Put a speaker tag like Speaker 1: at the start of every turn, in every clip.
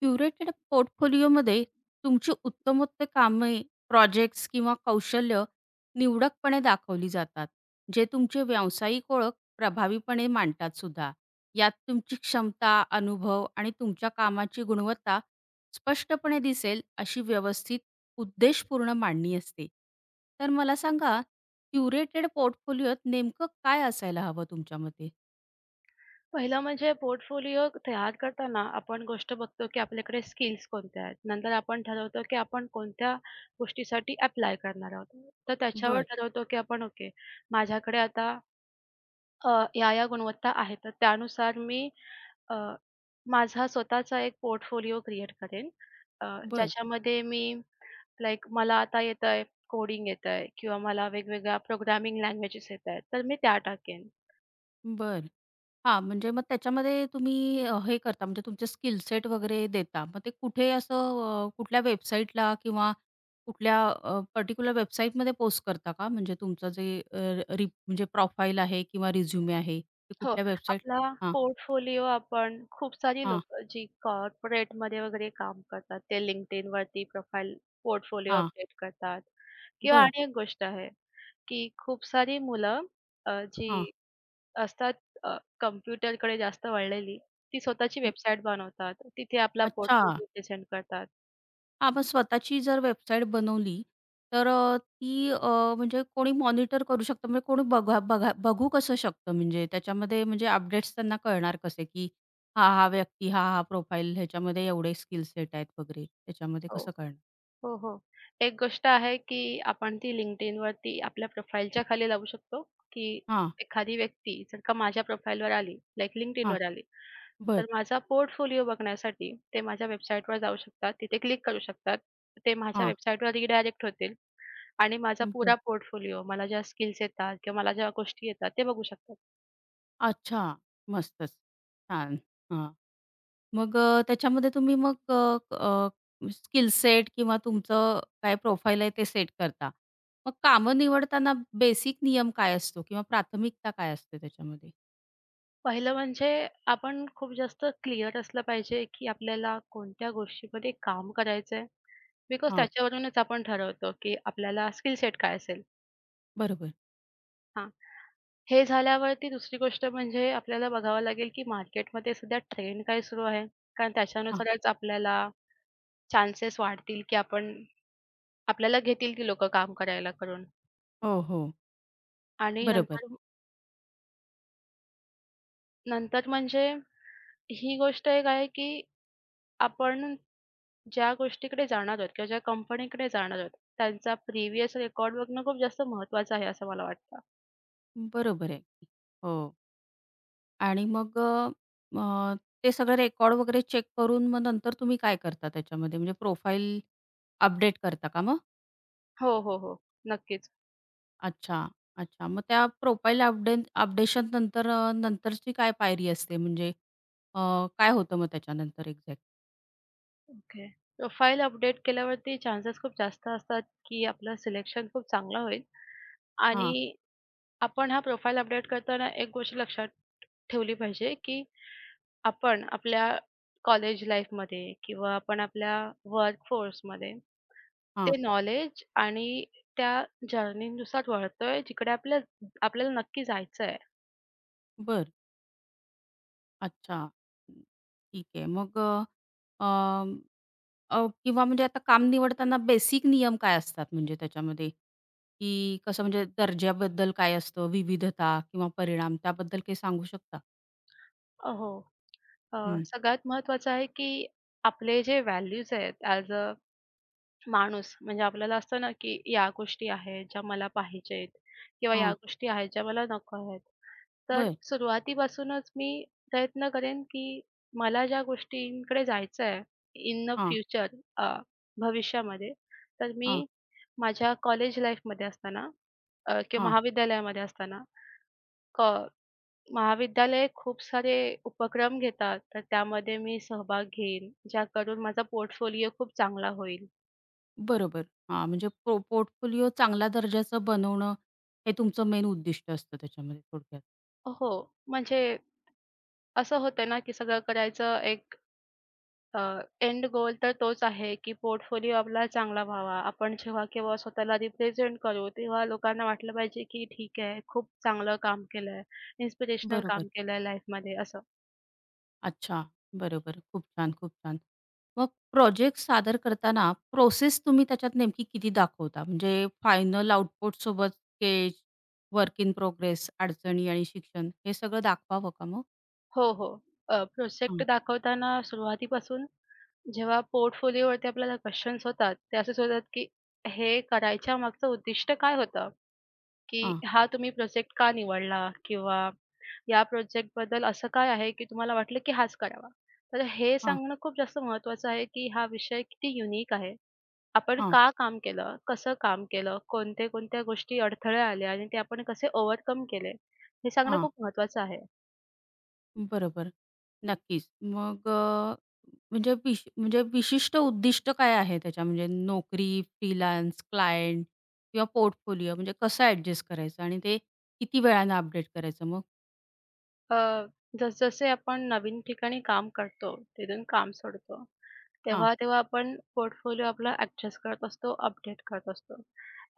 Speaker 1: Curated पोर्टफोलिओमध्ये तुमची उत्तमोत्तम कामे, प्रोजेक्ट्स किंवा कौशल्य निवडकपणे दाखवली जातात, जे तुमची व्यावसायिक ओळख प्रभावीपणे मांडतात सुद्धा. यात तुमची क्षमता, अनुभव आणि तुमच्या कामाची गुणवत्ता स्पष्टपणे दिसेल अशी व्यवस्थित उद्देशपूर्ण मांडणी असते. तर मला सांगा, क्युरेटेड पोर्टफोलिओत नेमकं काय असायला हवं तुमच्या मते?
Speaker 2: पहिलं म्हणजे पोर्टफोलिओ तयार करताना आपण गोष्ट बघतो, की आपल्याकडे स्किल्स कोणत्या आहेत. नंतर आपण ठरवतो, की आपण कोणत्या गोष्टीसाठी ॲप्लाय करणार आहोत. तर त्याच्यावर
Speaker 1: बरं,
Speaker 2: ठरवतो, की आपण ओके माझ्याकडे आता अ, या-या गुणवत्ता आहे. तर त्यानुसार मी अ, माझा स्वतःचा एक पोर्टफोलिओ क्रिएट करेन. अ,
Speaker 1: बरं,
Speaker 2: ज्याच्यामध्ये मी लाइक मला आता येतंय कोडिंग येतंय किंवा मला वेगवेगळ्या प्रोग्रामिंग लँग्वेजेस येतायत, तर मी त्या टाकेन.
Speaker 1: बरं. हां, म्हणजे मग त्याच्यामध्ये तुम्ही हे करता, म्हणजे तुमचे स्किल सेट वगैरे देता. मग ते कुठे असं कुठल्या वेबसाईटला किंवा कुठल्या पर्टिक्युलर वेबसाईटमध्ये पोस्ट करता का? म्हणजे तुमचं जे अ, रि म्हणजे प्रोफाईल आहे किंवा रिझ्युमे आहे, ते
Speaker 2: हो,
Speaker 1: कुठल्या वेबसाईट?
Speaker 2: आपला
Speaker 1: हां,
Speaker 2: पोर्टफोलिओ आपण खूप सारी
Speaker 1: हां,
Speaker 2: लोकं जी कॉर्पोरेटमध्ये वगैरे काम करतात, ते LinkedInवरती प्रोफाइल पोर्टफोलिओ
Speaker 1: हां.
Speaker 2: अपडेट करतात किंवा
Speaker 1: बरं.
Speaker 2: आणि एक गोष्ट आहे, की खूप सारी मुलं जी
Speaker 1: हां.
Speaker 2: असतात कॉम्प्युटरकडे जास्त वळलेली, ती स्वतःची
Speaker 1: हं.
Speaker 2: वेबसाईट बनवतात. तिथे आपला
Speaker 1: अच्छा.
Speaker 2: पोर्टफोलिओ प्रेझेंट करतात.
Speaker 1: हां, मग स्वतःची जर वेबसाईट बनवली, तर ती, म्हणजे कोणी मॉनिटर करू शकतं, म्हणजे कोणी बघा बघा बघू कसं शकतं, म्हणजे त्याच्यामध्ये म्हणजे अपडेट्स त्यांना कळणार कसे, की हा व्यक्ती, हा प्रोफाईल ह्याच्यामध्ये एवढे स्किल सेट आहेत वगैरे, त्याच्यामध्ये
Speaker 2: हो.
Speaker 1: कसं कळणार?
Speaker 2: हो, हो. एक गोष्ट आहे, की आपण ती LinkedInवरती आपल्या प्रोफाईलच्या खाली लावू शकतो, की
Speaker 1: हां,
Speaker 2: एखादी व्यक्ती जर का माझ्या प्रोफाईलवर आली, लाइक
Speaker 1: हां.
Speaker 2: LinkedInवर आली, तर
Speaker 1: बरं.
Speaker 2: माझा पोर्टफोलिओ बघण्यासाठी ते माझ्या वेबसाईटवर जाऊ शकतात. तिथे क्लिक करू शकतात. ते माझ्या
Speaker 1: हां.
Speaker 2: वेबसाईटवर रिडायरेक्ट होतील आणि माझा
Speaker 1: बरं.
Speaker 2: पुरा पोर्टफोलिओ, मला ज्या स्किल्स येतात किंवा मला ज्या गोष्टी येतात, ते बघू शकतात.
Speaker 1: अच्छा. मस्तच. छान. हां. मग त्याच्यामध्ये तुम्ही मग अ, अ, स्किल सेट किंवा तुमचं काय प्रोफाईल आहे ते सेट करता. मग कामं निवडताना बेसिक नियम काय असतो किंवा प्राथमिकता काय असते त्याच्यामध्ये?
Speaker 2: पहिलं म्हणजे आपण खूप जास्त क्लिअर असलं पाहिजे, की आपल्याला कोणत्या गोष्टीमध्ये काम करायचंय. बिकॉज
Speaker 1: हां,
Speaker 2: त्याच्यावरूनच आपण ठरवतो, की आपल्याला स्किल सेट काय असेल.
Speaker 1: बरोबर.
Speaker 2: हां. हे झाल्यावरती दुसरी गोष्ट म्हणजे आपल्याला बघावं लागेल, की मार्केटमध्ये सध्या ट्रेंड काय सुरू आहे. कारण
Speaker 1: हां.
Speaker 2: त्याच्यानुसारच आपल्याला चान्सेस वाढतील, की आपण आपल्याला घेतील ती लोकं काम करायला करून.
Speaker 1: हो, हो.
Speaker 2: आणि
Speaker 1: बरोबर.
Speaker 2: नंतर नंतर म्हणजे ही गोष्ट एक आहे, की आपण ज्या गोष्टीकडे जाणार आहोत किंवा ज्या कंपनीकडे जाणार आहोत, त्यांचा प्रिव्हियस रेकॉर्ड बघणं खूप जास्त महत्त्वाचं आहे, असं मला वाटतं.
Speaker 1: बरोबर आहे. की. हो. आणि मग अ, अ, ते सगळं रेकॉर्ड वगैरे चेक करून मग नंतर तुम्ही काय करता त्याच्यामध्ये? म्हणजे प्रोफाईल अपडेट करता का?
Speaker 2: हो, हो, हो. नक्कीच.
Speaker 1: अच्छा, अच्छा. मग त्या प्रोफाईल अपडेशन नंतर, नंतरची काय पायरी असते? म्हणजे अ, काय होतं मग त्याच्यानंतर एक्झॅक्ट?
Speaker 2: ओके. प्रोफाइल अपडेट केल्यावरती चान्सेस खूप जास्त असतात, की आपलं सिलेक्शन खूप चांगलं होईल
Speaker 1: हां,
Speaker 2: आणि आपण हा प्रोफाइल अपडेट करताना एक गोष्ट लक्षात ठेवली पाहिजे, की आपण आपल्या कॉलेज लाईफमध्ये किंवा आपण आपल्या वर्क फोर्समध्ये
Speaker 1: हां.
Speaker 2: ते नॉलेज आणि त्या जर्नीनुसार वळतोय जिकडे आपल्याला नक्की जायचं आहे.
Speaker 1: बरं. अच्छा. हं, ठीक आहे. मग अं, किंवा म्हणजे आता काम निवडताना बेसिक नियम काय असतात म्हणजे त्याच्यामध्ये? की कसं, म्हणजे दर्जाबद्दल काय असतं, विविधता किंवा परिणाम, त्याबद्दल काही सांगू शकता?
Speaker 2: हो. अ,
Speaker 1: हं.
Speaker 2: सगळ्यात महत्त्वाचं आहे, की आपले जे व्हॅल्यूज आहेत ॲज अ माणूस म्हणजे आपल्याला असतं ना, की या गोष्टी आहेत ज्या मला पाहिजेत किंवा या
Speaker 1: हां.
Speaker 2: गोष्टी आहेत ज्या मला नको आहेत. तर
Speaker 1: बरं.
Speaker 2: सुरुवातीपासूनच मी प्रयत्न करेन, की मला ज्या गोष्टींकडे जायचं आहे इन अ
Speaker 1: हां,
Speaker 2: फ्युचर भविष्यामध्ये, तर
Speaker 1: हां,
Speaker 2: मी माझ्या कॉलेज लाईफमध्ये असताना किंवा
Speaker 1: हां.
Speaker 2: महाविद्यालयामध्ये असताना क महाविद्यालय खूप सारे उपक्रम घेतात, तर त्यामध्ये मी सहभाग घेईन, ज्या करून माझा पोर्टफोलिओ खूप चांगला होईल.
Speaker 1: बरोबर. हां, म्हणजे पोर्टफोलिओ चांगल्या दर्जाचं बनवणं हे तुमचं मेन उद्दिष्ट असतं त्याच्यामध्ये थोडक्यात.
Speaker 2: हो, म्हणजे असं होतं ना, की सगळं करायचं एक एंड गोल तर तोच आहे, की पोर्टफोलिओ आपला चांगला व्हावा. आपण जेव्हा केव्हा स्वतःला रिप्रेझेंट करू, तेव्हा लोकांना वाटलं पाहिजे, की ठीक आहे, खूप चांगलं काम केलंय, इन्स्पिरेशनल
Speaker 1: बरोबर.
Speaker 2: काम केलंय लाईफमध्ये असं.
Speaker 1: अच्छा. बरोबर. खूप छान, खूप छान. मग प्रोजेक्ट सादर करताना प्रोसेस तुम्ही त्याच्यात नेमकी किती दाखवता? म्हणजे फायनल आउटपुटसोबत स्केच, वर्क इन प्रोग्रेस, अडचणी आणि शिक्षण, हे सगळं दाखवावं का मग?
Speaker 2: हो, हो. प्रोजेक्ट दाखवताना सुरुवातीपासून जेव्हा पोर्टफोलिओवरती आपल्याला क्वेशन्स होतात, ते असेच होतात, की हे करायच्या मागचं उद्दिष्ट काय होतं? की
Speaker 1: हां,
Speaker 2: हा तुम्ही प्रोजेक्ट का निवडला? किंवा या प्रोजेक्टबद्दल असं काय आहे की तुम्हाला वाटलं की हाच करावा? तर हे
Speaker 1: हां,
Speaker 2: सांगणं खूप जास्त महत्त्वाचं आहे की हा विषय किती युनिक आहे. आपण
Speaker 1: हां,
Speaker 2: का काम केलं? कसं काम केलं? कोणत्या-कोणत्या गोष्टी अडथळे आले आणि ते आपण कसे ओव्हरकम केले? हे सांगणं
Speaker 1: हां.
Speaker 2: खूप महत्त्वाचं आहे.
Speaker 1: बरोबर. नक्कीच. मग म्हणजे म्हणजे विशिष्ट उद्दिष्ट काय आहे त्याच्या, म्हणजे नोकरी, फ्रीलान्स, क्लायंट किंवा पोर्टफोलिओ म्हणजे कसं ॲडजस्ट करायचं आणि ते किती वेळानं अपडेट करायचं मग?
Speaker 2: अ, जसजसे आपण नवीन ठिकाणी काम करतो, तिथून काम सोडतो,
Speaker 1: हां,
Speaker 2: तेव्हा-तेव्हा आपण पोर्टफोलिओ आपला ॲडजस्ट करत असतो, अपडेट करत असतो.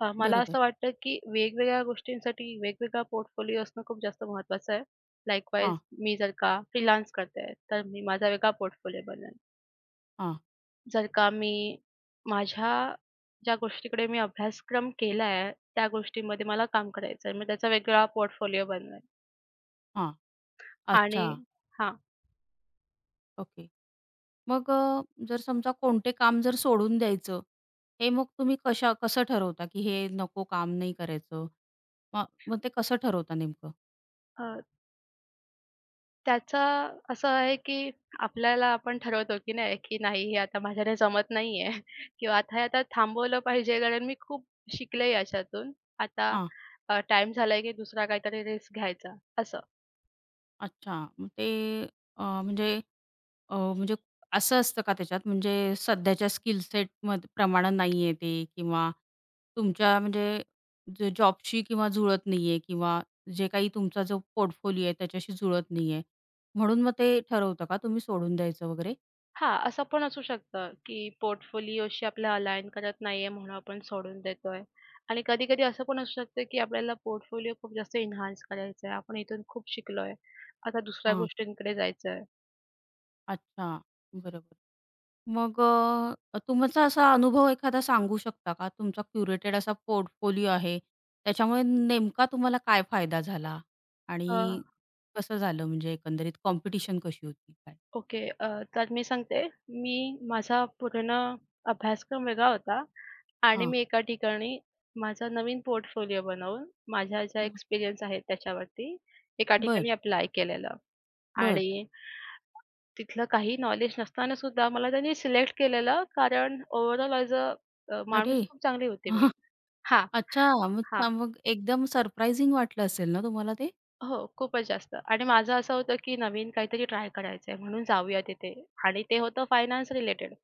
Speaker 2: मला
Speaker 1: बरोबर.
Speaker 2: असं वाटतं, की वेगवेगळ्या गोष्टींसाठी वेगवेगळा पोर्टफोलिओ असणं खूप जास्त महत्त्वाचं आहे. लाइकवाईज
Speaker 1: हां,
Speaker 2: मी जर का फ्रीलान्स करते आहे, तर मी माझा वेगळा पोर्टफोलिओ बनवेन.
Speaker 1: हां,
Speaker 2: जर का मी माझ्या ज्या गोष्टीकडे मी अभ्यासक्रम केला आहे, त्या गोष्टीमध्ये मला काम करायचं आहे. मी त्याचा वेगळा पोर्टफोलिओ बनवेन
Speaker 1: हां.
Speaker 2: आणि
Speaker 1: अच्छा.
Speaker 2: हां,
Speaker 1: ओके. मग जर समजा कोणते काम जर सोडून द्यायचं, हे मग तुम्ही कसं ठरवता, की हे नको, काम नाही करायचं? मग मग ते कसं ठरवता नेमकं?
Speaker 2: त्याचा असं आहे, की आपल्याला आपण ठरवतो, की नाही, की नाही हे आता माझ्याने जमत नाहीये किंवा आता हे आता थांबवलं पाहिजे कारण मी खूप शिकले याच्यातून. आता
Speaker 1: हां.
Speaker 2: टाईम झालाय, की दुसरा काहीतरी रिस्क घ्यायचा असं.
Speaker 1: अच्छा. मग ते म्हणजे, म्हणजे असं असतं का त्याच्यात? म्हणजे सध्याच्या स्किल सेटमध्ये प्रमाणे नाहीये ते, किंवा तुमच्या म्हणजे जॉबशी किंवा जुळत नाहीये, किंवा जे काही तुमचा जो पोर्टफोलिओ आहे त्याच्याशी जुळत नाहीये, म्हणून मग ते ठरवता का तुम्ही सोडून द्यायचं वगैरे?
Speaker 2: हां, असं पण असू शकतं, की पोर्टफोलिओशी आपल्या अलाइन करत नाहीये म्हणून आपण सोडून देतोय. आणि कधी-कधी असं पण असू शकतं, की आपल्याला पोर्टफोलिओ खूप जास्त एन्हान्स करायचा आहे. आपण इथून खूप शिकलोय, आता दुसऱ्या
Speaker 1: हां.
Speaker 2: गोष्टींकडे जायचंय.
Speaker 1: अच्छा. बरोबर. मग तुमचा असा अनुभव एखादा सांगू शकता का? तुमचा क्युरेटेड असा पोर्टफोलिओ आहे, त्याच्यामुळे नेमका तुम्हाला काय फायदा झाला? आणि कसं झालं, म्हणजे एकंदरीत कॉम्पिटिशन कशी होती काय?
Speaker 2: ओके. तर मी सांगते. मी माझा पूर्ण अभ्यासक्रम वेगळा होता आणि
Speaker 1: हां.
Speaker 2: मी एका ठिकाणी माझा नवीन पोर्टफोलिओ बनवून माझ्या ज्या
Speaker 1: हं.
Speaker 2: एक्सपिरियन्स आहेत त्याच्यावरती एका
Speaker 1: बर,
Speaker 2: ठिकाणी अप्लाय केलेलं
Speaker 1: बरं.
Speaker 2: आणि तिथलं काही नॉलेज नसताना सुद्धा मला त्यांनी सिलेक्ट केलेलं कारण ओव्हरऑल ॲज अ
Speaker 1: अरे!
Speaker 2: माणूस खूप चांगली होती मी. हां.
Speaker 1: अच्छा. मग
Speaker 2: हां.
Speaker 1: छान, मग एकदम सरप्रायझिंग वाटलं असेल ना तुम्हाला ते?
Speaker 2: हो, खूपच जास्त आणि माझं असं होतं की नवीन काहीतरी ट्राय करायचंय म्हणून जाऊया तिथे आणि ते होतं फायनान्स रिलेटेड.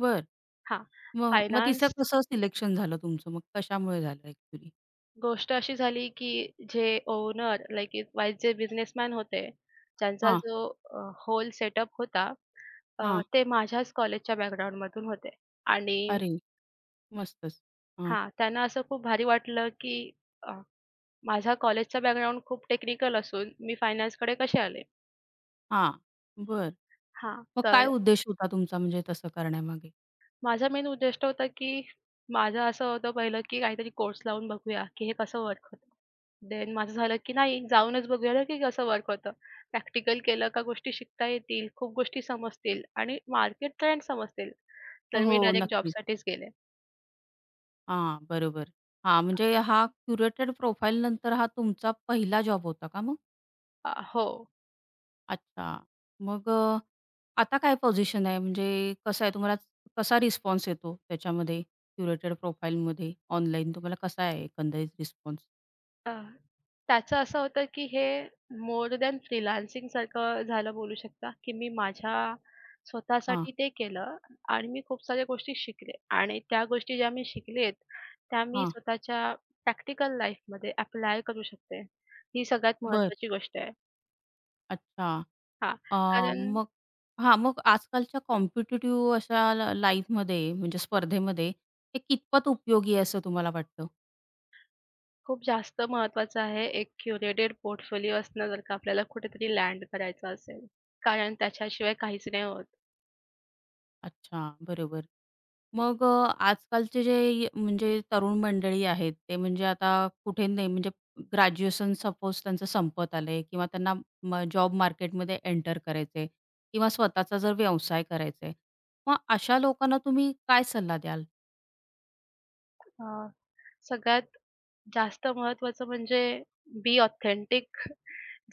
Speaker 1: बरं.
Speaker 2: हां.
Speaker 1: मग मग तिचं
Speaker 2: फायनान्स
Speaker 1: कसं सिलेक्शन झालं तुमचं मग? कशामुळे झालं ॲक्चुअली?
Speaker 2: गोष्ट अशी झाली, की जे ओनर लाइक इट वाईज जे बिझनेसमॅन होते, त्यांचा
Speaker 1: हां,
Speaker 2: जो अ, होल सेटअप होता अ,
Speaker 1: हां.
Speaker 2: ते माझ्याच कॉलेजच्या बॅकग्राऊंडमधून होते. आणि
Speaker 1: अरे! मस्तच. हां,
Speaker 2: हां, त्यांना असं खूप भारी वाटलं, की अ, माझा कॉलेजचा बॅकग्राऊंड खूप टेक्निकल असून मी फायनान्सकडे कसे आले?
Speaker 1: हां. बरं.
Speaker 2: हां,
Speaker 1: मग काय
Speaker 2: तर
Speaker 1: उद्देश होता तुमचा, म्हणजे तसं करण्यामागे?
Speaker 2: माझा मेन उद्दिष्ट होता, की माझं असं होतं पहिलं, की काहीतरी कोर्स लावून बघूया, की हे कसं वर्क होतं. देन माझं झालं, की नाही जाऊनच बघूया ना, की कसं वर्क होतं. प्रॅक्टिकल केलं का गोष्टी शिकता येतील, खूप गोष्टी समजतील आणि मार्केट ट्रेंड समजतील. तर
Speaker 1: हो,
Speaker 2: मी डायरेक्ट
Speaker 1: नक्कीच.
Speaker 2: जॉबसाठीच गेले.
Speaker 1: हां, बरोबर. हां, म्हणजे हा क्युरेटेड प्रोफाईल नंतर हा तुमचा पहिला जॉब होता का मग?
Speaker 2: हो.
Speaker 1: अच्छा. मग आता काय पोझिशन आहे? म्हणजे कसं आहे तुम्हाला, कसा रिस्पॉन्स येतो त्याच्यामध्ये क्युरेटेड प्रोफाईलमध्ये? ऑनलाईन तुम्हाला कसा आहे एकंदरीत रिस्पॉन्स?
Speaker 2: अ, त्याचं असं होतं, की हे मोर दॅन फ्रीलान्सिंगसारखं झालं बोलू शकता, की मी माझ्या
Speaker 1: हां,
Speaker 2: स्वतःसाठी ते केलं आणि मी खूप साऱ्या गोष्टी शिकले आणि त्या गोष्टी ज्या मी शिकलेत, त्या मी
Speaker 1: हां.
Speaker 2: स्वतःच्या प्रॅक्टिकल लाईफमध्ये अप्लाय करू शकते. ही सगळ्यात
Speaker 1: बरं.
Speaker 2: महत्त्वाची गोष्ट आहे.
Speaker 1: अच्छा.
Speaker 2: हां,
Speaker 1: अ,
Speaker 2: कारण
Speaker 1: मग, हां, मग आजकालच्या कॉम्पिटिटिव्ह अशा लाईफमध्ये, म्हणजे स्पर्धेमध्ये, हे कितपत उपयोगी आहे असं तुम्हाला वाटतं?
Speaker 2: खूप जास्त महत्त्वाचं आहे एक क्युरेटेड पोर्टफोलिओ असणं जर का आपल्याला कुठेतरी लँड करायचं असेल, कारण त्याच्याशिवाय काहीच नाही होत.
Speaker 1: अच्छा, बरोबर. मग आजकालचे जे म्हणजे तरुण मंडळी आहेत, ते म्हणजे आता, कुठे नाही म्हणजे ग्रॅज्युएशन सपोज त्यांचं संपत आलंय, किंवा त्यांना जॉब मार्केटमध्ये एंटर करायचंय, किंवा स्वतःचा जर व्यवसाय करायचा आहे, मग अशा लोकांना तुम्ही काय सल्ला द्याल?
Speaker 2: अ, सगळ्यात जास्त महत्त्वाचं म्हणजे बी ऑथेंटिक.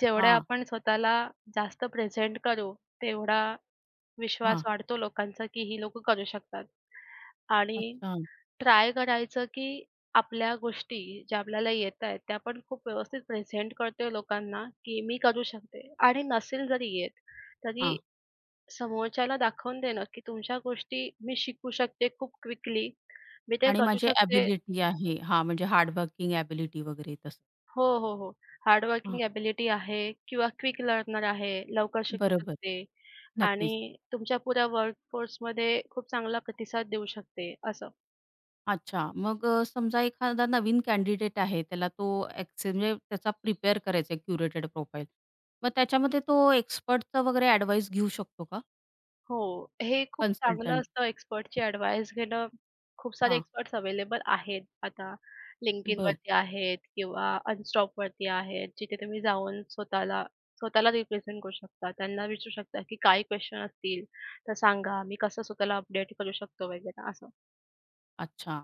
Speaker 2: जेवढ्या
Speaker 1: हां,
Speaker 2: आपण स्वतःला जास्त प्रेझेंट करू, तेवढा विश्वास
Speaker 1: हां.
Speaker 2: वाढतो लोकांचा, की ही लोकं करू शकतात. आणि
Speaker 1: अच्छा.
Speaker 2: ट्राय करायचं, की आपल्या गोष्टी ज्या आपल्याला येतायत, त्या आपण खूप व्यवस्थित प्रेझेंट करतोय लोकांना, की मी करू शकते. आणि नसेल जरी येत, तरी
Speaker 1: हां.
Speaker 2: समोरच्याला दाखवून देणं, की तुमच्या गोष्टी मी शिकू शकते खूप क्विकली. मी ते
Speaker 1: आणि
Speaker 2: करू
Speaker 1: माझी
Speaker 2: शकते
Speaker 1: एबिलिटी आहे. हां, म्हणजे हार्ड वर्किंग एबिलिटी वगैरे तसं.
Speaker 2: हो, हो, हो. हार्ड
Speaker 1: हां,
Speaker 2: वर्किंग एबिलिटी आहे किंवा क्विक लर्नर आहे, लवकर शिकू
Speaker 1: बरोबर.
Speaker 2: शकते आणि
Speaker 1: नक्कीच.
Speaker 2: तुमच्या पुऱ्या वर्कफोर्समध्ये खूप चांगला प्रतिसाद देऊ शकते असं.
Speaker 1: अच्छा, मग समजा एखादा नवीन कॅन्डिडेट आहे, त्याला तो म्हणजे त्याचा प्रिपेअर करायचा आहे क्युरेटेड प्रोफाईल, मग त्याच्यामध्ये तो एक्सपर्टचं वगैरे ॲडवाईस घेऊ शकतो का?
Speaker 2: हो, हे खूप चांगलं
Speaker 1: कन्सल्टंट?
Speaker 2: असतं एक्सपर्टची ॲडव्हाइस घेणं. खूप सारे
Speaker 1: हां,
Speaker 2: एक्सपर्ट्स अवेलेबल आहेत आता.
Speaker 1: बरं.
Speaker 2: LinkedInवरती आहेत किंवा Unstoppवरती आहेत, जिथे तुम्ही जाऊन स्वतःला स्वतःला रिप्रेझेंट करू शकता. त्यांना विचारू शकता की काही क्वेशन असतील तर सांगा, मी कसं स्वतःला अपडेट करू शकतो वगैरे असं.
Speaker 1: अच्छा.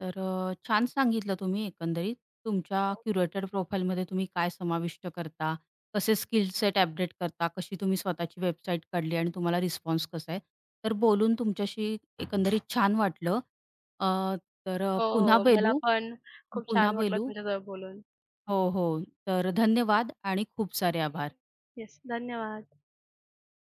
Speaker 1: तर छान सांगितलं तुम्ही एकंदरीत. तुमच्या क्युरेटेड प्रोफाईलमध्ये तुम्ही काय समाविष्ट करता, कसे स्किल सेट अपडेट करता, कशी तुम्ही स्वतःची वेबसाईट काढली आणि तुम्हाला रिस्पॉन्स कसा आहे. तर बोलून तुमच्याशी एकंदरीत छान वाटलं. अ, तर,
Speaker 2: हो,
Speaker 1: पुन्हा
Speaker 2: हो. मला
Speaker 1: बोलू.
Speaker 2: पण खूप
Speaker 1: पुन्हा
Speaker 2: छान वाटलं
Speaker 1: बोलू.
Speaker 2: तुमच्यासोबत बोलून.
Speaker 1: हो, हो. तर धन्यवाद आणि खूप सारे आभार.
Speaker 2: येस, धन्यवाद.